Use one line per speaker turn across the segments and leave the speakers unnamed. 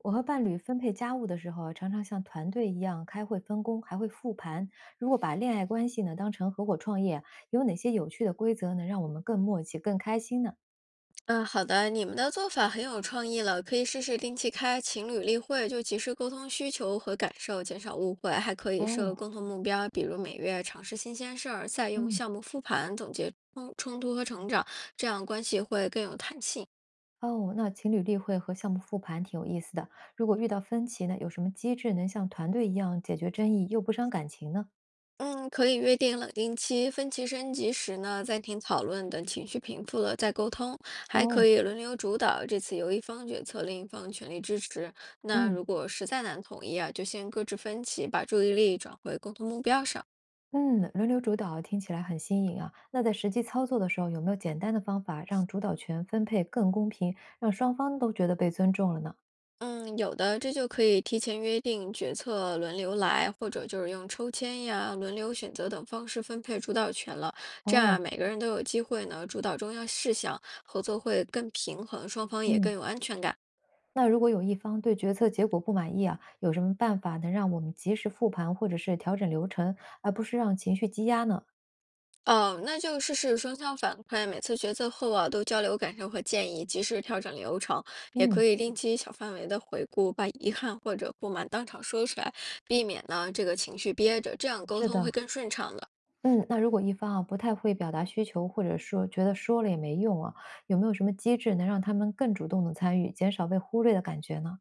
我和伴侣分配家务的时候啊常常像团队一样开会分工，还会复盘。如果把恋爱关系呢当成合伙创业，有哪些有趣的规则能让我们更默契、更开心呢？
嗯，好的，你们的做法很有创意了，可以试试定期开情侣例会，就及时沟通需求和感受，减少误会，还可以设
哦，
共同目标，比如每月尝试新鲜事儿，再用
嗯，
项目复盘总结冲突和成长，这样关系会更有弹性。
哦，那情侣例会和项目复盘挺有意思的。如果遇到分歧呢，有什么机制能像团队一样解决争议又不伤感情呢？
嗯，可以约定冷静期，分歧升级时呢，暂停讨论，等情绪平复了再沟通，还可
哦，
以轮流主导，这次由一方决策，另一方全力支持。那
嗯
如果实在难统一啊，就先搁置分歧，把注意力转回共同目标上。
嗯，轮流主导听起来很新颖啊。那在实际操作的时候，有没有简单的方法让主导权分配更公平，让双方都觉得被尊重了呢？
嗯，有的这就可以提前约定决策轮流来，或者就是用抽签呀、轮流选择等方式分配主导权了。这样啊
哦，
每个人都有机会呢主导重要事项，合作会更平衡，双方也更
嗯，
有安全感。
那如果有一方对决策结果不满意啊，有什么办法能让我们及时复盘或者是调整流程，而不是让情绪积压呢？
哦，那就试试双向反馈，每次决策后啊，都交流感受和建议，及时调整流程，也
嗯，
可以定期小范围的回顾，把遗憾或者不满当场说出来，避免呢这个情绪憋着，这样沟
是
通会
的，
更顺畅的。
嗯，那如果一方啊不太会表达需求，或者说觉得说了也没用啊，有没有什么机制能让他们更主动的参与，减少被忽略的感觉呢？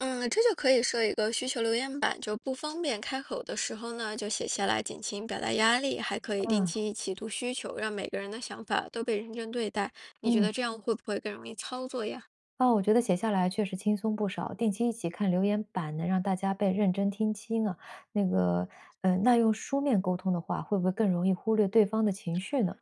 嗯，这就可以设一个需求留言板，就不方便开口的时候呢，就写下来，减轻表达压力，还可以定
嗯
期一起读需求，让每个人的想法都被认真对待。你觉
嗯，
得这样会不会更容易操作呀？
哦，我觉得写下来确实轻松不少。定期一起看留言板，能让大家被认真听清啊。那个，那用书面沟通的话，会不会更容易忽略对方的情绪呢？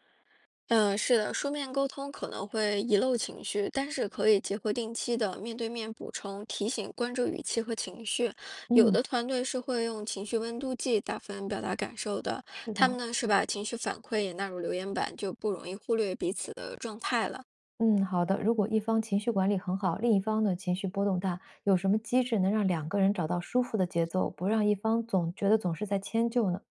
嗯，是的，书面沟通可能会遗漏情绪，但是可以结合定期的面对面补充、提醒、关注语气和情绪。有
嗯，
的团队是会用情绪温度计打分表达感受的，
是
他
的，
们呢是把情绪反馈也纳入留言板，就不容易忽略彼此的状态了。
嗯，好的。如果一方情绪管理很好，另一方的情绪波动大，有什么机制能让两个人找到舒服的节奏，不让一方总觉得总是在迁就呢？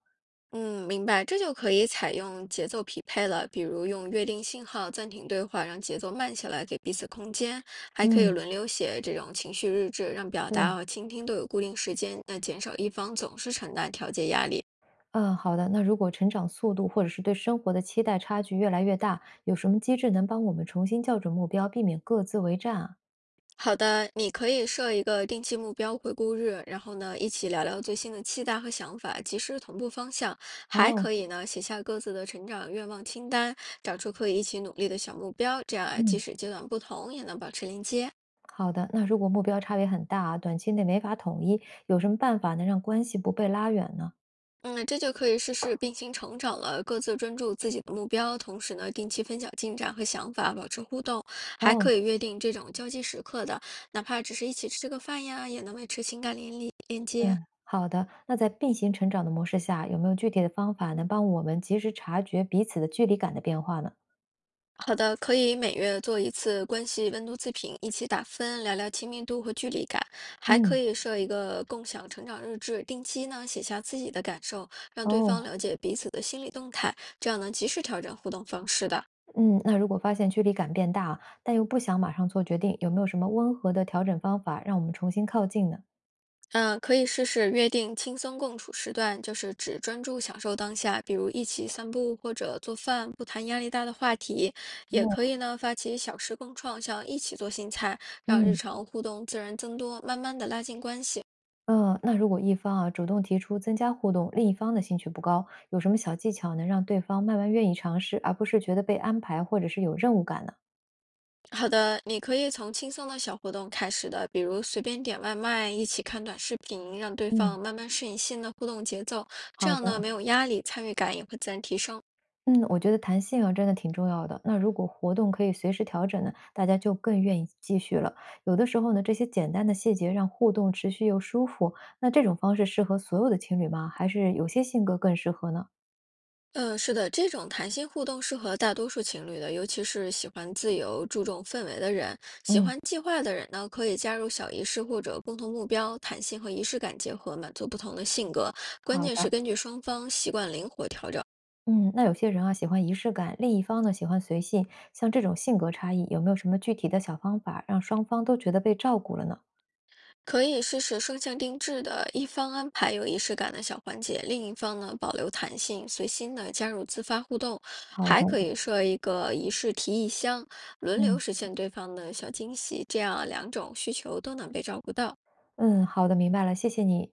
嗯，明白，这就可以采用节奏匹配了，比如用约定信号暂停对话，让节奏慢下来，给彼此空间，还可以
嗯，
轮流写这种情绪日志，让表达
对，
和倾听都有固定时间，那减少一方总是承担调节压力。
嗯，好的。那如果成长速度或者是对生活的期待差距越来越大，有什么机制能帮我们重新校准目标，避免各自为战啊？
好的，你可以设一个定期目标回顾日，然后呢，一起聊聊最新的期待和想法，及时同步方向。还
哦，
可以呢，写下各自的成长愿望清单，找出可以一起努力的小目标，这样啊，即
嗯，
使阶段不同，也能保持连接。
好的。那如果目标差别很大啊，短期内没法统一，有什么办法能让关系不被拉远呢？
嗯，这就可以试试并行成长了，各自专注自己的目标，同时呢，定期分享进展和想法，保持互动，还
哦，
可以约定这种交际时刻的，哪怕只是一起吃个饭呀，也能维持情感联系。
嗯，好的。那在并行成长的模式下，有没有具体的方法能帮我们及时察觉彼此的距离感的变化呢？
好的，可以每月做一次关系温度自评，一起打分，聊聊亲密度和距离感，还
嗯，
可以设一个共享成长日志，定期呢写下自己的感受，让对方
哦，
了解彼此的心理动态，这样能及时调整互动方式的。
嗯，那如果发现距离感变大，但又不想马上做决定，有没有什么温和的调整方法让我们重新靠近呢？
嗯，可以试试约定轻松共处时段，就是只专注享受当下，比如一起散步或者做饭，不谈压力大的话题。也可
哦，
以呢，发起小吃共创，像一起做新菜，让日
嗯
常互动自然增多，慢慢的拉近关系。
嗯，那如果一方啊主动提出增加互动，另一方的兴趣不高，有什么小技巧能让对方慢慢愿意尝试，而不是觉得被安排或者是有任务感呢？
好的，你可以从轻松的小活动开始的，比如随便点外卖，一起看短视频，让对
嗯。
方慢慢适应新的互动节奏，这
好
样呢，
的。
没有压力，参与感也会自然提升。
嗯，我觉得弹性啊，真的挺重要的。那如果活动可以随时调整呢，大家就更愿意继续了。有的时候呢，这些简单的细节让互动持续又舒服。那这种方式适合所有的情侣吗？还是有些性格更适合呢？
嗯，是的，这种谈心互动适合大多数情侣的，尤其是喜欢自由、注重氛围的人。喜
嗯，
欢计划的人呢，可以加入小仪式或者共同目标，弹性和仪式感结合，满足不同的性格。关
好
键是
的。
根据双方习惯灵活调整，
嗯，那有些人啊喜欢仪式感，另一方呢喜欢随性。像这种性格差异，有没有什么具体的小方法让双方都觉得被照顾了呢？
可以试试双向定制的，一方安排有仪式感的小环节，另一方呢保留弹性，随心的加入自发互动。
好
还
的，
可以设一个仪式提议箱，轮流
嗯
实现对方的小惊喜，这样两种需求都能被照顾到。
嗯，好的，明白了，谢谢你。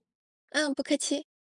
嗯，不客气。